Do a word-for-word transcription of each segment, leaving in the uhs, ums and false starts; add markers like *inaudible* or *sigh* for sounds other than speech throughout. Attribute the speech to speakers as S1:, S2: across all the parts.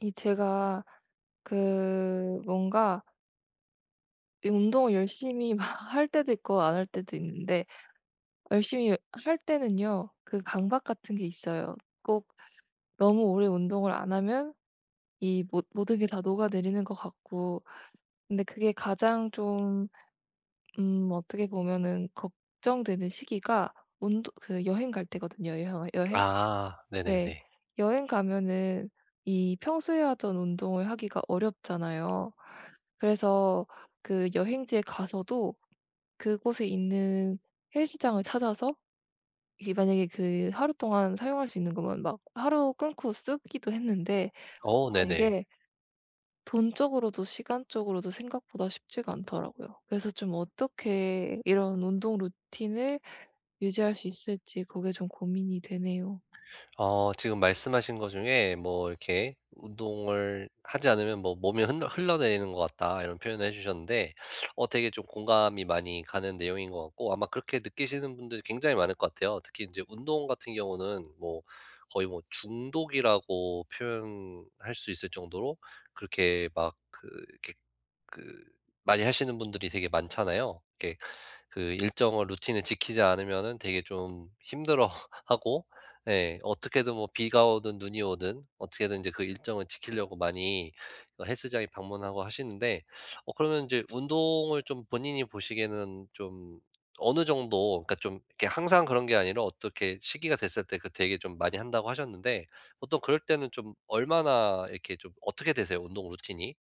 S1: 이 제가 그 뭔가 이 운동을 열심히 *laughs* 막 할 때도 있고 안 할 때도 있는데 열심히 할 때는요. 그 강박 같은 게 있어요. 꼭 너무 오래 운동을 안 하면 이 모 모든 게 다 녹아내리는 것 같고 근데 그게 가장 좀 음 어떻게 보면은 걱정되는 시기가 운동 그 여행 갈 때거든요. 여행 여행
S2: 아
S1: 네.
S2: 네네네.
S1: 여행 가면은 이 평소에 하던 운동을 하기가 어렵잖아요. 그래서 그 여행지에 가서도 그곳에 있는 헬스장을 찾아서 이게 만약에 그 하루 동안 사용할 수 있는 거면 막 하루 끊고 쓰기도 했는데
S2: 어
S1: 아
S2: 네네.
S1: 이게 돈적으로도 시간적으로도 생각보다 쉽지가 않더라고요. 그래서 좀 어떻게 이런 운동 루틴을 유지할 수 있을지 그게 좀 고민이 되네요.
S2: 어 지금 말씀하신 것 중에 뭐 이렇게 "운동을 하지 않으면 뭐 몸이 흘러 흘러내리는 것 같다." 이런 표현을 해 주셨는데 어 되게 좀 공감이 많이 가는 내용인 것 같고, 아마 그렇게 느끼시는 분들이 굉장히 많을 것 같아요. 특히 이제 운동 같은 경우는 뭐 거의 뭐 중독이라고 표현할 수 있을 정도로 그렇게 막 그 이렇게 그 많이 하시는 분들이 되게 많잖아요. 이렇게 그 일정을 루틴을 지키지 않으면은 되게 좀 힘들어하고 *laughs* 예 어떻게든 뭐 비가 오든 눈이 오든 어떻게든 이제 그 일정을 지키려고 많이 어 헬스장에 방문하고 하시는데, 어 그러면 이제 운동을 좀 본인이 보시기에는 좀 어느 정도, 그러니까 좀 이렇게 항상 그런 게 아니라 어떻게 시기가 됐을 때 그 되게 좀 많이 한다고 하셨는데, 보통 그럴 때는 좀 얼마나 이렇게 좀 어떻게 되세요? 운동 루틴이?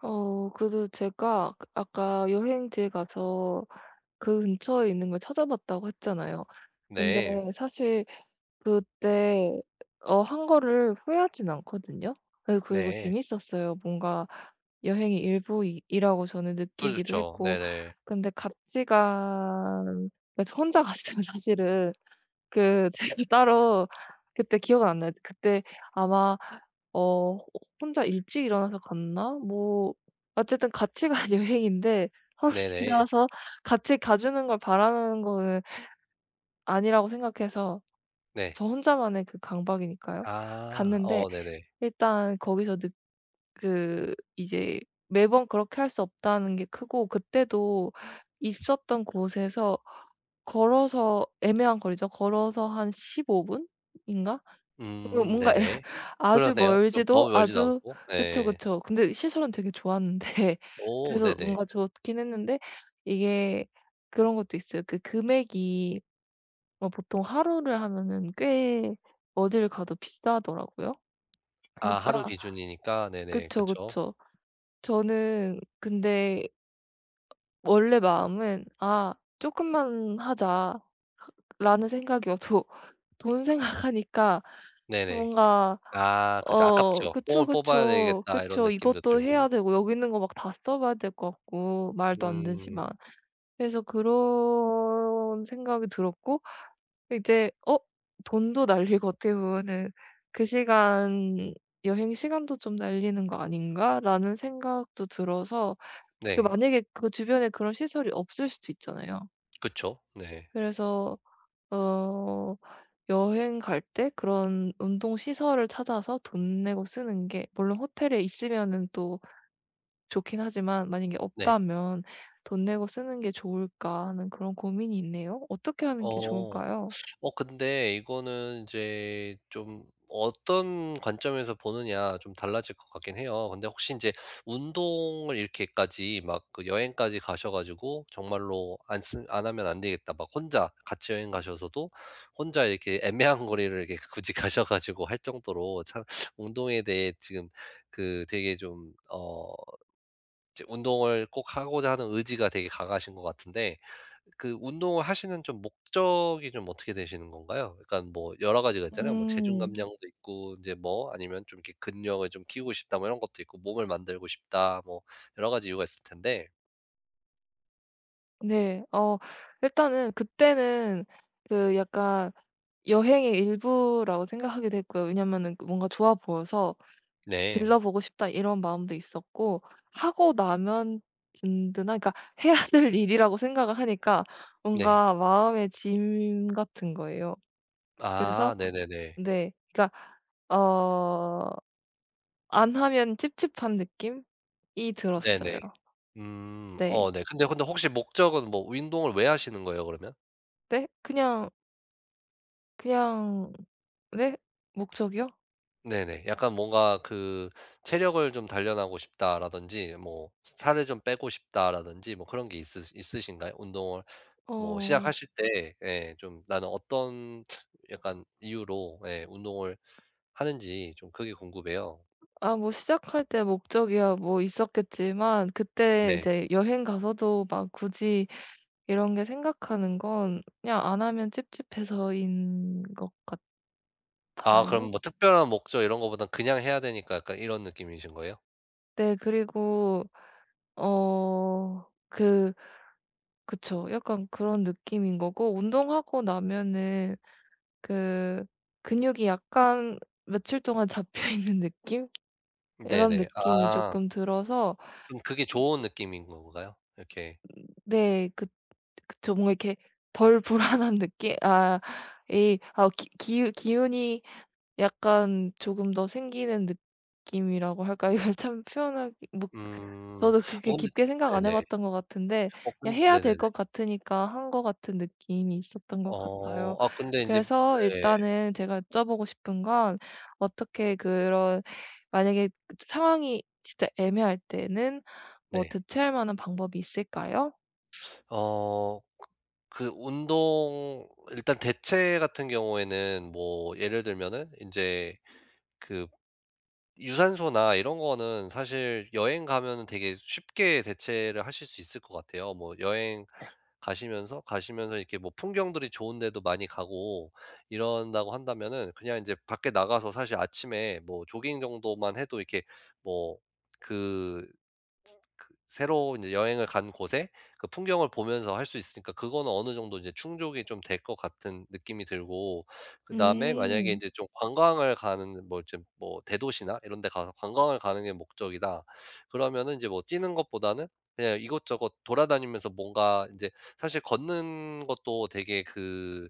S1: 어 그래도 제가 그 아까 여행지에 가서 그 근처에 있는 걸 찾아봤다고 했잖아요.
S2: 네.
S1: 근데 사실 그때 어 한 거를 후회하진 않거든요. 네, 그리고
S2: 네.
S1: 재밌었어요. 뭔가 여행의 일부이 라고 저는 느끼기도
S2: 그렇죠.
S1: 했고
S2: 네네.
S1: 근데 같이 간 그러니까 저 혼자 *laughs* 갔어요 사실은. 그 제가 *laughs* 따로 그때 기억은 안 나요. 그때 아마 어 호- 혼자 일찍 일어나서 갔나? 뭐 어쨌든 같이 간 *laughs* 여행인데
S2: 네네.
S1: 혼자서 같이 가 주는 걸 바라는 거는 아니라고 생각해서
S2: 네.
S1: 저 혼자만의 그 강박이니까요.
S2: 아.
S1: 갔는데
S2: 어 네네.
S1: 일단 거기서 느 그 이제 매번 그렇게 할 수 없다는 게 크고 그때도 있었던 곳에서 걸어서 애매한 거리죠. 걸어서 한 십오 분 인가? 그
S2: 음
S1: 뭔가 *laughs* 애
S2: 네네.
S1: 아주
S2: 그러네요. 좀
S1: 멀지도
S2: 너무 멀지도
S1: 아주.
S2: 않고.
S1: 그쵸,
S2: 네.
S1: 그쵸. 근데 시설은 되게 좋았는데
S2: 오
S1: *laughs* 그래서
S2: 네네.
S1: 뭔가 좋긴 했는데 이게 그런 것도 있어요. 그 금액이 어 보통 하루를 하면은 꽤 어딜 가도 비싸더라고요.
S2: 아,
S1: 그니까
S2: 하루
S1: 러
S2: 기준이니까. 네네.
S1: 그쵸,
S2: 그쵸.
S1: 그쵸. 저는 근데 원래 마음은 '아 조금만 하자.'라는 생각이어도 *laughs* 돈 생각하니까
S2: 네네.
S1: 뭔가
S2: 아 그쵸.
S1: 어
S2: 아깝죠.
S1: 그쵸,
S2: '뽕을 뽑아야
S1: 그쵸.
S2: 되겠다.' 이런
S1: 그쵸.
S2: 느낌도
S1: 이것도 해야
S2: 들고.
S1: 되고 여기 있는 거 막 다 써 봐야 될 것 같고 말도 안 되지만.
S2: 음
S1: 그래서 그런 생각이 들었고 이제 어 돈도 날리고 어떻게 보면은 '그 시간 여행 시간도 좀 날리는 거 아닌가?'라는 생각도 들어서 그
S2: 네.
S1: 만약에 그 주변에 그런 시설이 없을 수도 있잖아요.
S2: 그쵸. 네.
S1: 그래서 어 여행 갈 때 그런 운동 시설을 찾아서 돈 내고 쓰는 게 물론 호텔에 있으면은 또 좋긴 하지만 만약에
S2: 네.
S1: 없다면 '돈 내고 쓰는 게 좋을까?' 하는 그런 고민이 있네요. 어떻게 하는 게
S2: 어.
S1: 좋을까요?
S2: 어 근데 이거는 이제 좀 어떤 관점에서 보느냐 좀 달라질 것 같긴 해요. 근데 혹시 인제 운동을 이렇게까지 막 그 여행까지 가셔 가지고 정말로 '안 쓴 안 하면 안 되겠다.' 막 혼자 같이 여행 가셔서도 혼자 이렇게 애매한 거리를 이렇게 *laughs* 굳이 가셔 가지고 할 정도로 참 운동에 대해 지금 그 되게 좀어 이제 운동을 꼭 하고자 하는 의지가 되게 강하신 것 같은데, 그 운동을 하시는 좀 목적이 좀 어떻게 되시는 건가요? 그러니까 뭐 여러 가지가 있잖아요. 뭐 체중
S1: 음.
S2: 감량도 있고 이제 뭐 아니면 좀 이렇게 근력을 좀 키우고 싶다 뭐 이런 것도 있고 몸을 만들고 싶다 뭐, 여러 가지 이유가 있을 텐데.
S1: 네. 어 일단은 그때는 그 약간 여행의 일부라고 생각하기도 했고요. 왜냐면은 그 뭔가 좋아 보여서
S2: 네.
S1: '들러 보고 싶다.' 이런 마음도 있었고 하고 나면 든든한 그러니까 해야 *laughs* 될 일이라고 생각을 하니까
S2: 네.
S1: 뭔가 마음의 짐 같은 거예요. 그래서
S2: 아 네네네.
S1: 네. 그러니까 어 안 하면 찝찝한 느낌이
S2: 네네.
S1: 들었어요.
S2: 음. 어
S1: 네.
S2: 네. 근데 근데 혹시 목적은 뭐 운동을 왜 하시는 거예요 그러면?
S1: 네? 그냥, 그냥 네? 목적이요?
S2: 네네. 약간 뭔가 그 '체력을 좀 단련하고 싶다.'라든지 뭐 '살을 좀 빼고 싶다.'라든지 뭐 그런 게 있으 있으신가요? 운동을 뭐
S1: 어.
S2: 시작하실 때 예 좀 나는 어떤 약간 이유로 예 운동을 하는지, 좀 그게 궁금해요.
S1: 아 뭐 시작할 때 목적이야 뭐 있었겠지만 그때
S2: 네.
S1: 이제 여행 가서도 막 굳이 이런 게 생각하는 건 그냥 안 하면 찝찝해서인 것
S2: 아 그럼
S1: 같아요.
S2: 뭐 특별한 목적 이런 거보단 그냥 해야 되니까 약간 이런 느낌이신 거예요?
S1: 네 그리고 어 그 그쵸. 약간 그런 느낌인 거고 운동하고 나면은 그 근육이 약간 며칠 동안 잡혀 있는 느낌? 이런
S2: 네네.
S1: 느낌이
S2: 아
S1: 조금 들어서
S2: 그럼 그게 좋은 느낌인 건가요, 이렇게?
S1: 네그 그쵸. 뭔가 이렇게 덜 불안한 느낌? 아 이 아 기 기 기운이 약간 조금 더 생기는 느낌이라고 할까? *laughs* 이걸 참 표현하기 뭐
S2: 음.
S1: 저도 그렇게
S2: 어 근데
S1: 깊게 생각 안 해
S2: 네네.
S1: 봤던 것 같은데
S2: 어
S1: 그냥
S2: 근
S1: 해야 될
S2: 네네네.
S1: 것 같으니까 한 것 같은 느낌이 있었던 것 같아요.
S2: 어. 아 근데 인제 네.
S1: 그래서 일단은 제가 여쭤보고 싶은 건 어떻게 그런 만약에 상황이 진짜 애매할 때는 뭐
S2: 네.
S1: 대체할 만한 방법이 있을까요?
S2: 어 그 그 운동 일단 대체 같은 경우에는 뭐 예를 들면은 인제 그 유산소나 이런 거는 사실 여행 가면은 되게 쉽게 대체를 하실 수 있을 것 같아요. 뭐 여행 가시면서, 가시면서 이렇게 뭐 풍경들이 좋은 데도 많이 가고 이런다고 한다면은 그냥 인제 밖에 나가서 사실 아침에 뭐 조깅 정도만 해도 이렇게 뭐그 그 새로 이제 여행을 간 곳에 그 풍경을 보면서 할 수 있으니까, 그거는 어느 정도 이제 충족이 좀 될 것 같은 느낌이 들고, 그다음에 만약에
S1: 음.
S2: 인제 좀 관광을 가는, 뭐 좀 뭐 대도시나 이런 데 가서 관광을 가는 게 목적이다 그러면은, 제뭐 뛰는 것보다는 그냥 이것저것 돌아다니면서 뭔가 인제 사실 걷는 것도 되게 그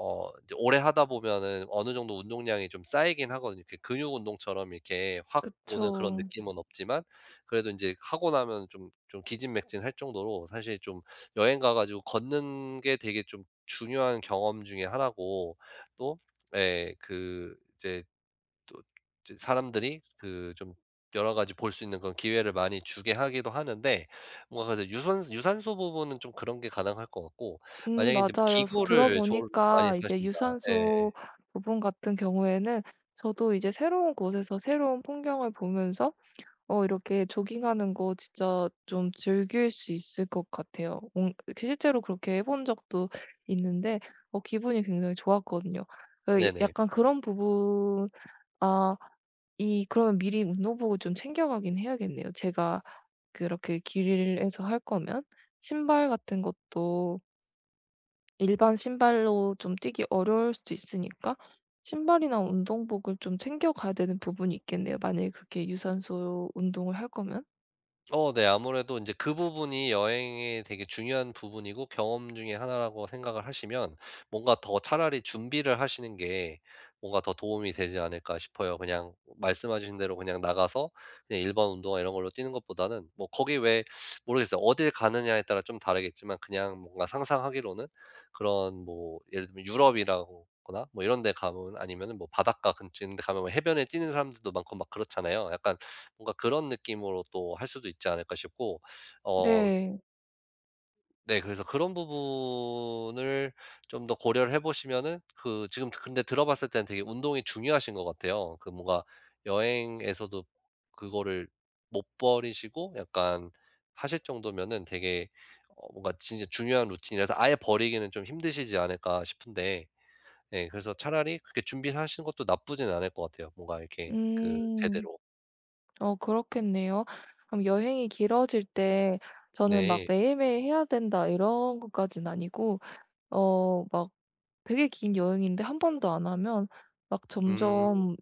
S2: 어 이제 오래 하다 보면은 어느 정도 운동량이 좀 쌓이긴 하거든요. 이렇게 근육 운동처럼 이렇게 확 오는 그런
S1: 그쵸.
S2: 느낌은 없지만, 그래도 인제 하고 나면 좀 좀 기진맥진할 정도로 사실 좀 여행 가 가지고 걷는 게 되게 좀 중요한 경험 중에 하나고, 또 예 그 이제 또 이제 사람들이 그 좀 여러 가지 볼 수 있는 그런 기회를 많이 주게 하기도 하는데, 뭔가 그래서 유선 유산소 부분은 좀 그런 게 가능할 것 같고,
S1: 음
S2: 만약에 인제
S1: 맞아요. 그 들어
S2: 기구를 좀 많이
S1: 보니까 이제
S2: 쓰신다. 예.
S1: 유산소 부분 같은 경우에는 저도 이제 새로운 곳에서 새로운 풍경을 보면서 어 이렇게 조깅하는 거 진짜 좀 즐길 수 있을 것 같아요. 음, 실제로 그렇게 해본 적도 있는데 어 기분이 굉장히 좋았거든요. 어, 야-
S2: 네네.
S1: 약간 그런 부분 아 이 그러면 미리 운동복을 좀 챙겨가긴 해야겠네요. 제가 그렇게 길에서 할 거면 신발 같은 것도 일반 신발로 좀 뛰기 어려울 수도 있으니까 신발이나 운동복을 좀 챙겨가야 되는 부분이 있겠네요. 만약에 그렇게 유산소 운동을 할 거면.
S2: 어 네. 아무래도 이제 그 부분이 여행의 되게 중요한 부분이고 경험 중에 하나라고 생각을 하시면, 뭔가 더 차라리 준비를 하시는 게 뭔가 더 도움이 되지 않을까 싶어요. 그냥 말씀하신 대로 그냥 나가서 그냥 일반 운동화 이런 걸로 뛰는 것보다는 뭐 거기 왜 모르겠어요. 어딜 가느냐에 따라 좀 다르겠지만 그냥 뭔가 상상하기로는, 그런 뭐 예를 들면 유럽이라고 거나 뭐 이런 데 가면, 아니면은 뭐 바닷가 근처 있는 데 가면 뭐 해변에 뛰는 사람들도 많고 막 그렇잖아요. 약간 뭔가 그런 느낌으로 또 할 수도 있지 않을까 싶고. 어
S1: 네.
S2: 네 그래서 그런 부분을 좀 더 고려를 해 보시면은, 그 지금 근데 들어봤을 때는 되게 운동이 중요하신 것 같아요. 그 뭔가 여행에서도 그거를 못 버리시고 약간 하실 정도면은 되게 어 뭔가 진짜 중요한 루틴이라서 아예 버리기는 좀 힘드시지 않을까 싶은데, 네 그래서 차라리 그렇게 준비하시는 것도 나쁘진 않을 것 같아요. 뭔가 이렇게 그
S1: 음.
S2: 제대로.
S1: 어 그렇겠네요. 그럼 여행이 길어질 때 저는 막
S2: 네.
S1: 매일매일 해야 된다 이런 것까진 아니고 어 막 되게 긴 여행인데 한 번도 안 하면 막
S2: 음.
S1: 점점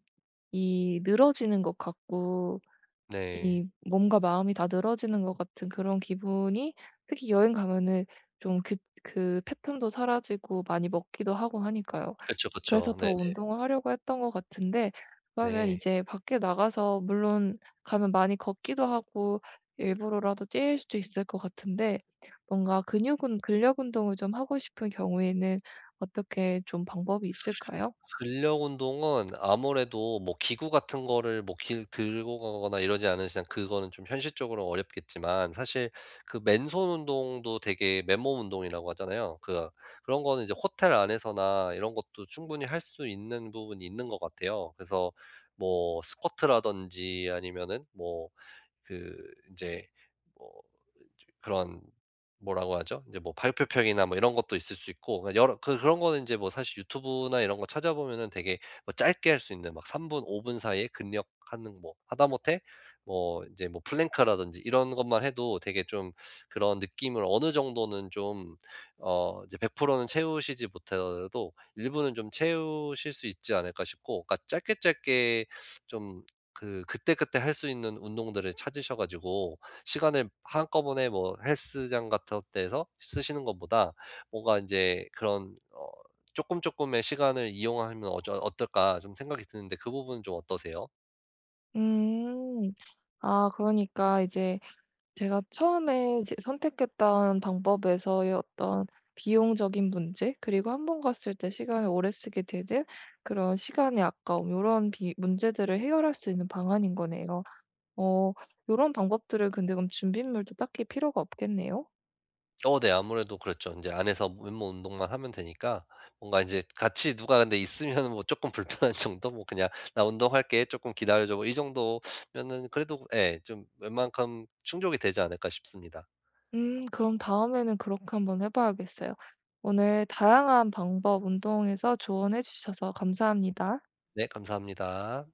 S1: 이 늘어지는 것 같고
S2: 네.
S1: 이 몸과 마음이 다 늘어지는 것 같은 그런 기분이 특히 여행 가면은 좀 그 그 패턴도 사라지고 많이 먹기도 하고 하니까요.
S2: 그쵸,
S1: 그래서
S2: 그쵸.
S1: 더
S2: 네네.
S1: 운동을 하려고 했던 것 같은데 그러면
S2: 네.
S1: 이제 밖에 나가서 물론 가면 많이 걷기도 하고 일부러라도 뛸 수도 있을 것 같은데 뭔가 근육 은 근력 운동을 좀 하고 싶은 경우에는 어떻게 좀 방법이 있을까요?
S2: 근력 운동은 아무래도 뭐 기구 같은 거를 뭐 길 들고 가거나 이러지 않은 이상 그거는 좀 현실적으로 어렵겠지만, 사실 그 맨손 운동도 되게 맨몸 운동이라고 하잖아요. 그 그런 거는 이제 호텔 안에서나 이런 것도 충분히 할 수 있는 부분이 있는 것 같아요. 그래서 뭐 스쿼트라든지 아니면은 뭐그이제뭐 그런 뭐라고 하죠? 이제 뭐 발표평이나 뭐 이런 것도 있을 수 있고, 그러니까 여러 그 그런 거는 인제 뭐 사실 유튜브나 이런 거 찾아보면은 되게 뭐 짧게 할 수 있는 막 삼 분, 오 분 사이에 근력하는, 뭐 하다못해 뭐 인제 뭐 플랭크라든지 이런 것만 해도 되게 좀 그런 느낌을 어느 정도는 좀 어 이제 백 퍼센트는 채우시지 못하더라도 일부는 좀 채우실 수 있지 않을까 싶고, 그러니까 짧게 짧게 좀 그 그때그때 할 수 있는 운동들을 찾으셔 가지고 시간을 한꺼번에 뭐 헬스장 같은 데서 쓰시는 것보다 뭔가 인제 그런 어 쪼끔 쪼끔의 시간을 이용하면 어쩌 어떨까 좀 생각이 드는데, 그 부분은 좀 어떠세요?
S1: 음. 아 그러니까 이제 제가 처음에 제 선택했던 방법에서의 어떤 비용적인 문제 그리고 한 번 갔을 때 시간을 오래 쓰게 되는 그런 시간의 아까움 이런비 문제들을 해결할 수 있는 방안인 거네요. 어 이런 방법들은 근데 그럼 준비물도 딱히 필요가 없겠네요.
S2: 어 네. 아무래도 그렇죠. 인제 안에서 맨몸 운동만 하면 되니까 뭔가 인제 같이 누가 근데 있으면은 뭐 쪼끔 *laughs* 불편한 정도? 뭐 그냥 "나 운동할게. 쪼끔 기다려 줘." 뭐 이 정도면은 그래도 예 좀 웬만큼 충족이 되지 않을까 싶습니다.
S1: 음 그럼 다음에는 그렇게 한번 해 봐야겠어요. 오늘 다양한 방법 운동에서 조언해 주셔서 감사합니다.
S2: 네 감사합니다.